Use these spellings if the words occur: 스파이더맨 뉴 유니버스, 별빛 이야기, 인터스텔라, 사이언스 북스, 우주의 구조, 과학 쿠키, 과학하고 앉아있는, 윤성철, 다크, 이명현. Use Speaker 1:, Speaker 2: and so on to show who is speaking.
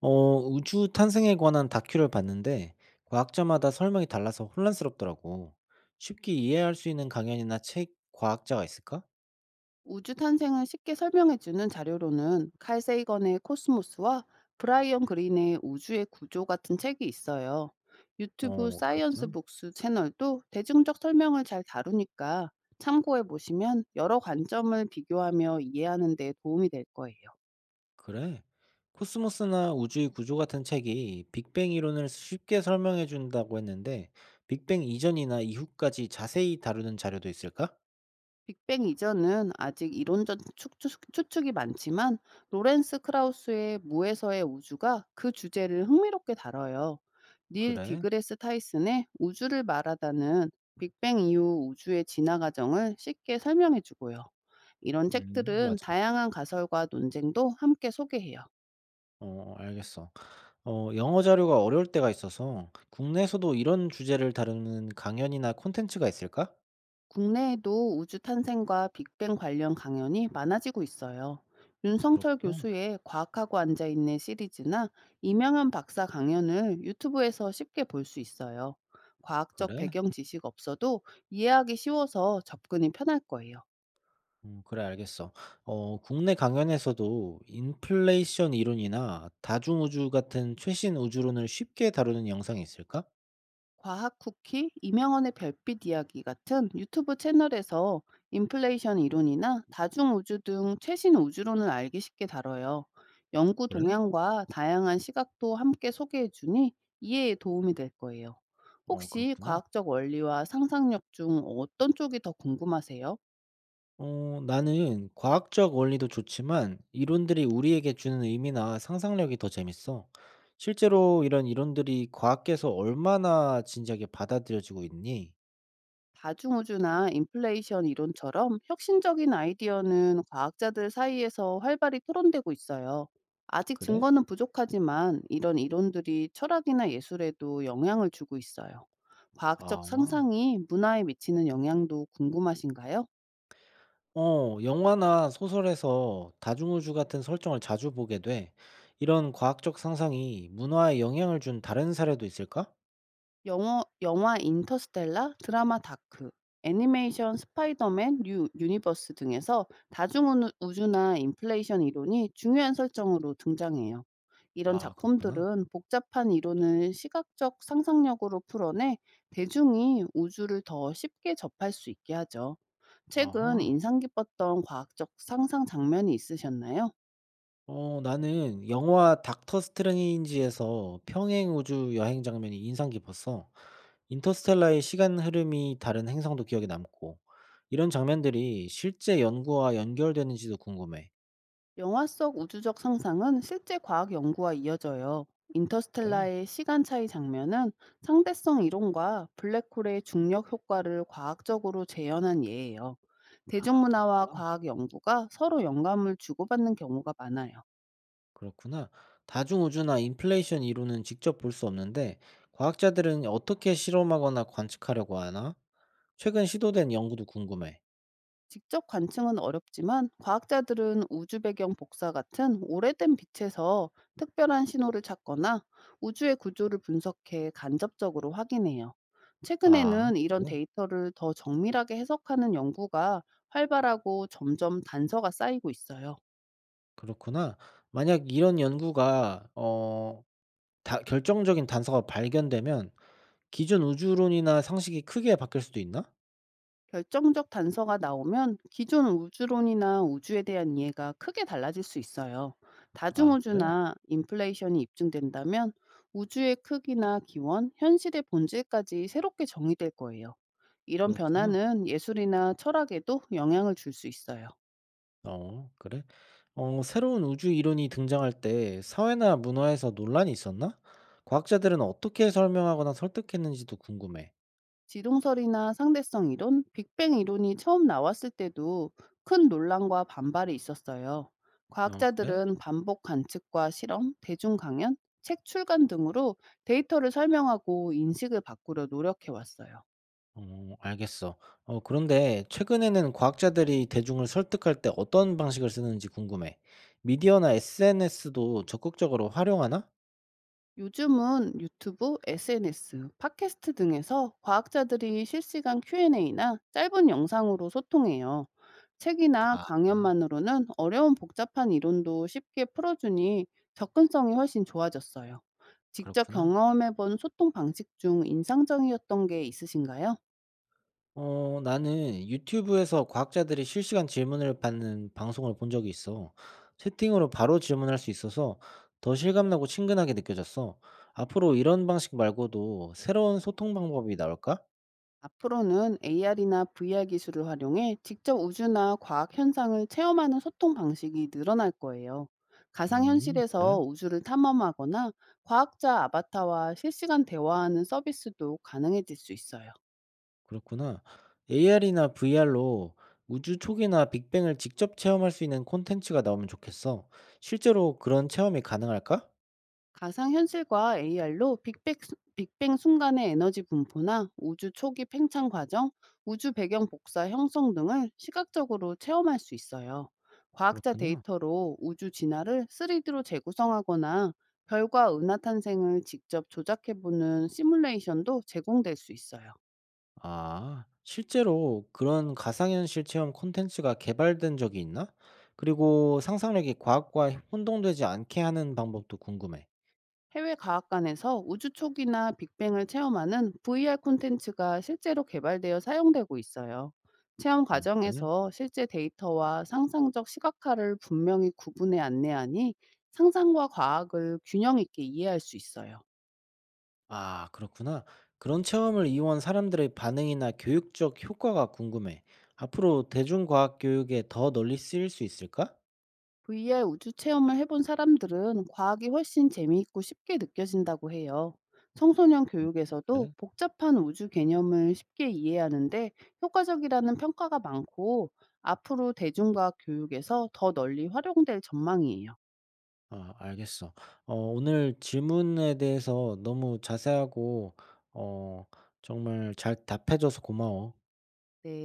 Speaker 1: 우주 탄생에 관한 다큐를 봤는데 과학자마다 설명이 달라서 혼란스럽더라고. 쉽게 이해할 수 있는 강연이나 책 과학자가 있을까?
Speaker 2: 우주 탄생을 쉽게 설명해주는 자료로는 칼 세이건의 코스모스와 브라이언 그린의 우주의 구조 같은 책이 있어요. 유튜브
Speaker 1: 그렇구나.
Speaker 2: 사이언스 북스 채널도 대중적 설명을 잘 다루니까 참고해 보시면 여러 관점을 비교하며 이해하는 데 도움이 될 거예요.
Speaker 1: 그래. 코스모스나 우주의 구조 같은 책이 빅뱅 이론을 쉽게 설명해 준다고 했는데 빅뱅 이전이나 이후까지 자세히 다루는 자료도 있을까?
Speaker 2: 빅뱅 이전은 아직 이론적 추측이 많지만 로렌스 크라우스의 무에서의 우주가 그 주제를 흥미롭게 다뤄요. 닐
Speaker 1: 그래.
Speaker 2: 디그레스 타이슨의 우주를 말하다는 빅뱅 이후 우주의 진화 과정을 쉽게 설명해 주고요. 이런 책들은
Speaker 1: 맞아.
Speaker 2: 다양한 가설과 논쟁도 함께 소개해요.
Speaker 1: 알겠어. 영어 자료가 어려울 때가 있어서 국내에서도 이런 주제를 다루는 강연이나 콘텐츠가 있을까?
Speaker 2: 국내에도 우주 탄생과 빅뱅 관련 강연이 많아지고 있어요. 윤성철
Speaker 1: 그렇구나.
Speaker 2: 교수의 과학하고 앉아있는 시리즈나 이명현 박사 강연을 유튜브에서 쉽게 볼 수 있어요. 과학적
Speaker 1: 그래?
Speaker 2: 배경 지식 없어도 이해하기 쉬워서 접근이 편할 거예요.
Speaker 1: 그래 알겠어. 국내 강연에서도 인플레이션 이론이나 다중 우주 같은 최신 우주론을 쉽게 다루는 영상이 있을까?
Speaker 2: 과학 쿠키, 이명헌의 별빛 이야기 같은 유튜브 채널에서 인플레이션 이론이나 다중우주 등 최신 우주론을 알기 쉽게 다뤄요. 연구
Speaker 1: 그래?
Speaker 2: 동향과 다양한 시각도 함께 소개해 주니 이해에 도움이 될 거예요. 혹시
Speaker 1: 그렇구나.
Speaker 2: 과학적 원리와 상상력 중 어떤 쪽이 더 궁금하세요?
Speaker 1: 나는 과학적 원리도 좋지만 이론들이 우리에게 주는 의미나 상상력이 더 재밌어. 실제로 이런 이론들이 과학계에서 얼마나 진지하게 받아들여지고 있니?
Speaker 2: 다중우주나 인플레이션 이론처럼 혁신적인 아이디어는 과학자들 사이에서 활발히 토론되고 있어요. 아직
Speaker 1: 그래?
Speaker 2: 증거는 부족하지만 이런 이론들이 철학이나 예술에도 영향을 주고 있어요. 과학적
Speaker 1: 아.
Speaker 2: 상상이 문화에 미치는 영향도 궁금하신가요?
Speaker 1: 영화나 소설에서 다중우주 같은 설정을 자주 보게 돼. 이런 과학적 상상이 문화에 영향을 준 다른 사례도 있을까?
Speaker 2: 영어 영화 인터스텔라, 드라마 다크, 애니메이션 스파이더맨 뉴 유니버스 등에서 다중 우 우주나 인플레이션 이론이 중요한 설정으로 등장해요. 이런
Speaker 1: 아, 그렇구나.
Speaker 2: 작품들은 복잡한 이론을 시각적 상상력으로 풀어내 대중이 우주를 더 쉽게 접할 수 있게 하죠. 최근
Speaker 1: 아하.
Speaker 2: 인상 깊었던 과학적 상상 장면이 있으셨나요?
Speaker 1: 나는 영화 닥터 스트레인지에서 평행 우주 여행 장면이 인상 깊었어. 인터스텔라의 시간 흐름이 다른 행성도 기억에 남고, 이런 장면들이 실제 연구와 연결되는지도 궁금해.
Speaker 2: 영화 속 우주적 상상은 실제 과학 연구와 이어져요.
Speaker 1: 그래?
Speaker 2: 인터스텔라의 시간 차이 장면은 상대성 이론과 블랙홀의 중력 효과를 과학적으로 재현한 예예요.
Speaker 1: 아,
Speaker 2: 대중문화와
Speaker 1: 그렇구나.
Speaker 2: 과학 연구가 서로 영감을 주고받는 경우가 많아요.
Speaker 1: 그렇구나. 다중우주나 인플레이션 이론은 직접 볼 수 없는데, 과학자들은 어떻게 실험하거나 관측하려고 하나? 최근 시도된 연구도 궁금해.
Speaker 2: 직접 관측은 어렵지만 과학자들은 우주 배경 복사 같은 오래된 빛에서 특별한 신호를 찾거나 우주의 구조를 분석해 간접적으로 확인해요.
Speaker 1: 아,
Speaker 2: 최근에는 이런
Speaker 1: 그래?
Speaker 2: 데이터를 더 정밀하게 해석하는 연구가 활발하고 점점 단서가 쌓이고 있어요.
Speaker 1: 그렇구나. 만약 이런 연구가, 결정적인 단서가 발견되면 기존 우주론이나 상식이 크게 바뀔 수도 있나?
Speaker 2: 결정적 단서가 나오면 기존 우주론이나 우주에 대한 이해가 크게 달라질 수 있어요.
Speaker 1: 아, 그래?
Speaker 2: 다중우주나 인플레이션이 입증된다면 우주의 크기나 기원, 현실의 본질까지 새롭게 정의될 거예요. 이런
Speaker 1: 그렇구나.
Speaker 2: 변화는 예술이나 철학에도 영향을 줄 수 있어요.
Speaker 1: 그래? 새로운 우주 이론이 등장할 때 사회나 문화에서 논란이 있었나? 과학자들은 어떻게 설명하거나 설득했는지도 궁금해.
Speaker 2: 지동설이나 상대성 이론, 빅뱅 이론이 처음 나왔을 때도 큰 논란과 반발이 있었어요.
Speaker 1: 그래?
Speaker 2: 과학자들은 반복 관측과 실험, 대중 강연, 책 출간 등으로 데이터를 설명하고 인식을 바꾸려 노력해 왔어요.
Speaker 1: 알겠어. 그런데 최근에는 과학자들이 대중을 설득할 때 어떤 방식을 쓰는지 궁금해. 미디어나 SNS도 적극적으로 활용하나?
Speaker 2: 요즘은 유튜브, SNS, 팟캐스트 등에서 과학자들이 실시간 Q&A나 짧은 영상으로 소통해요. 책이나
Speaker 1: 아, 아,
Speaker 2: 강연만으로는 어려운 복잡한 이론도 쉽게 풀어주니 접근성이 훨씬 좋아졌어요. 직접
Speaker 1: 그렇구나.
Speaker 2: 경험해본 소통 방식 중 인상적이었던 게 있으신가요?
Speaker 1: 나는 유튜브에서 과학자들이 실시간 질문을 받는 방송을 본 적이 있어. 채팅으로 바로 질문할 수 있어서 더 실감나고 친근하게 느껴졌어. 앞으로 이런 방식 말고도 새로운 소통 방법이 나올까?
Speaker 2: 앞으로는 AR이나 VR 기술을 활용해 직접 우주나 과학 현상을 체험하는 소통 방식이 늘어날 거예요.
Speaker 1: 그래?
Speaker 2: 가상현실에서 우주를 탐험하거나 과학자 아바타와 실시간 대화하는 서비스도 가능해질 수 있어요.
Speaker 1: 그렇구나. AR이나 VR로 우주 초기나 빅뱅을 직접 체험할 수 있는 콘텐츠가 나오면 좋겠어. 실제로 그런 체험이 가능할까?
Speaker 2: 가상현실과 AR로 빅뱅 순간의 에너지 분포나 우주 초기 팽창 과정, 우주 배경 복사 형성 등을 시각적으로 체험할 수 있어요. 과학자
Speaker 1: 그렇구나.
Speaker 2: 데이터로 우주 진화를 3D로 재구성하거나 별과 은하 탄생을 직접 조작해보는 시뮬레이션도 제공될 수 있어요.
Speaker 1: 아, 실제로 그런 가상현실 체험 콘텐츠가 개발된 적이 있나? 그리고 상상력이 과학과 혼동되지 않게 하는 방법도 궁금해.
Speaker 2: 해외 과학관에서 우주 초기나 빅뱅을 체험하는 VR 콘텐츠가 실제로 개발되어 사용되고 있어요. 체험
Speaker 1: 그래?
Speaker 2: 과정에서 실제 데이터와 상상적 시각화를 분명히 구분해 안내하니 상상과 과학을 균형 있게 이해할 수 있어요.
Speaker 1: 아, 그렇구나. 그런 체험을 이용한 사람들의 반응이나 교육적 효과가 궁금해. 앞으로 대중과학 교육에 더 널리 쓰일 수 있을까?
Speaker 2: VR 우주 체험을 해본 사람들은 과학이 훨씬 재미있고 쉽게 느껴진다고 해요. 청소년 교육에서도
Speaker 1: 그래?
Speaker 2: 복잡한 우주 개념을 쉽게 이해하는데 효과적이라는 평가가 많고 앞으로 대중과학 교육에서 더 널리 활용될 전망이에요.
Speaker 1: 아, 알겠어. 오늘 질문에 대해서 너무 자세하고, 어, 정말 잘 답해줘서 고마워.
Speaker 2: 네.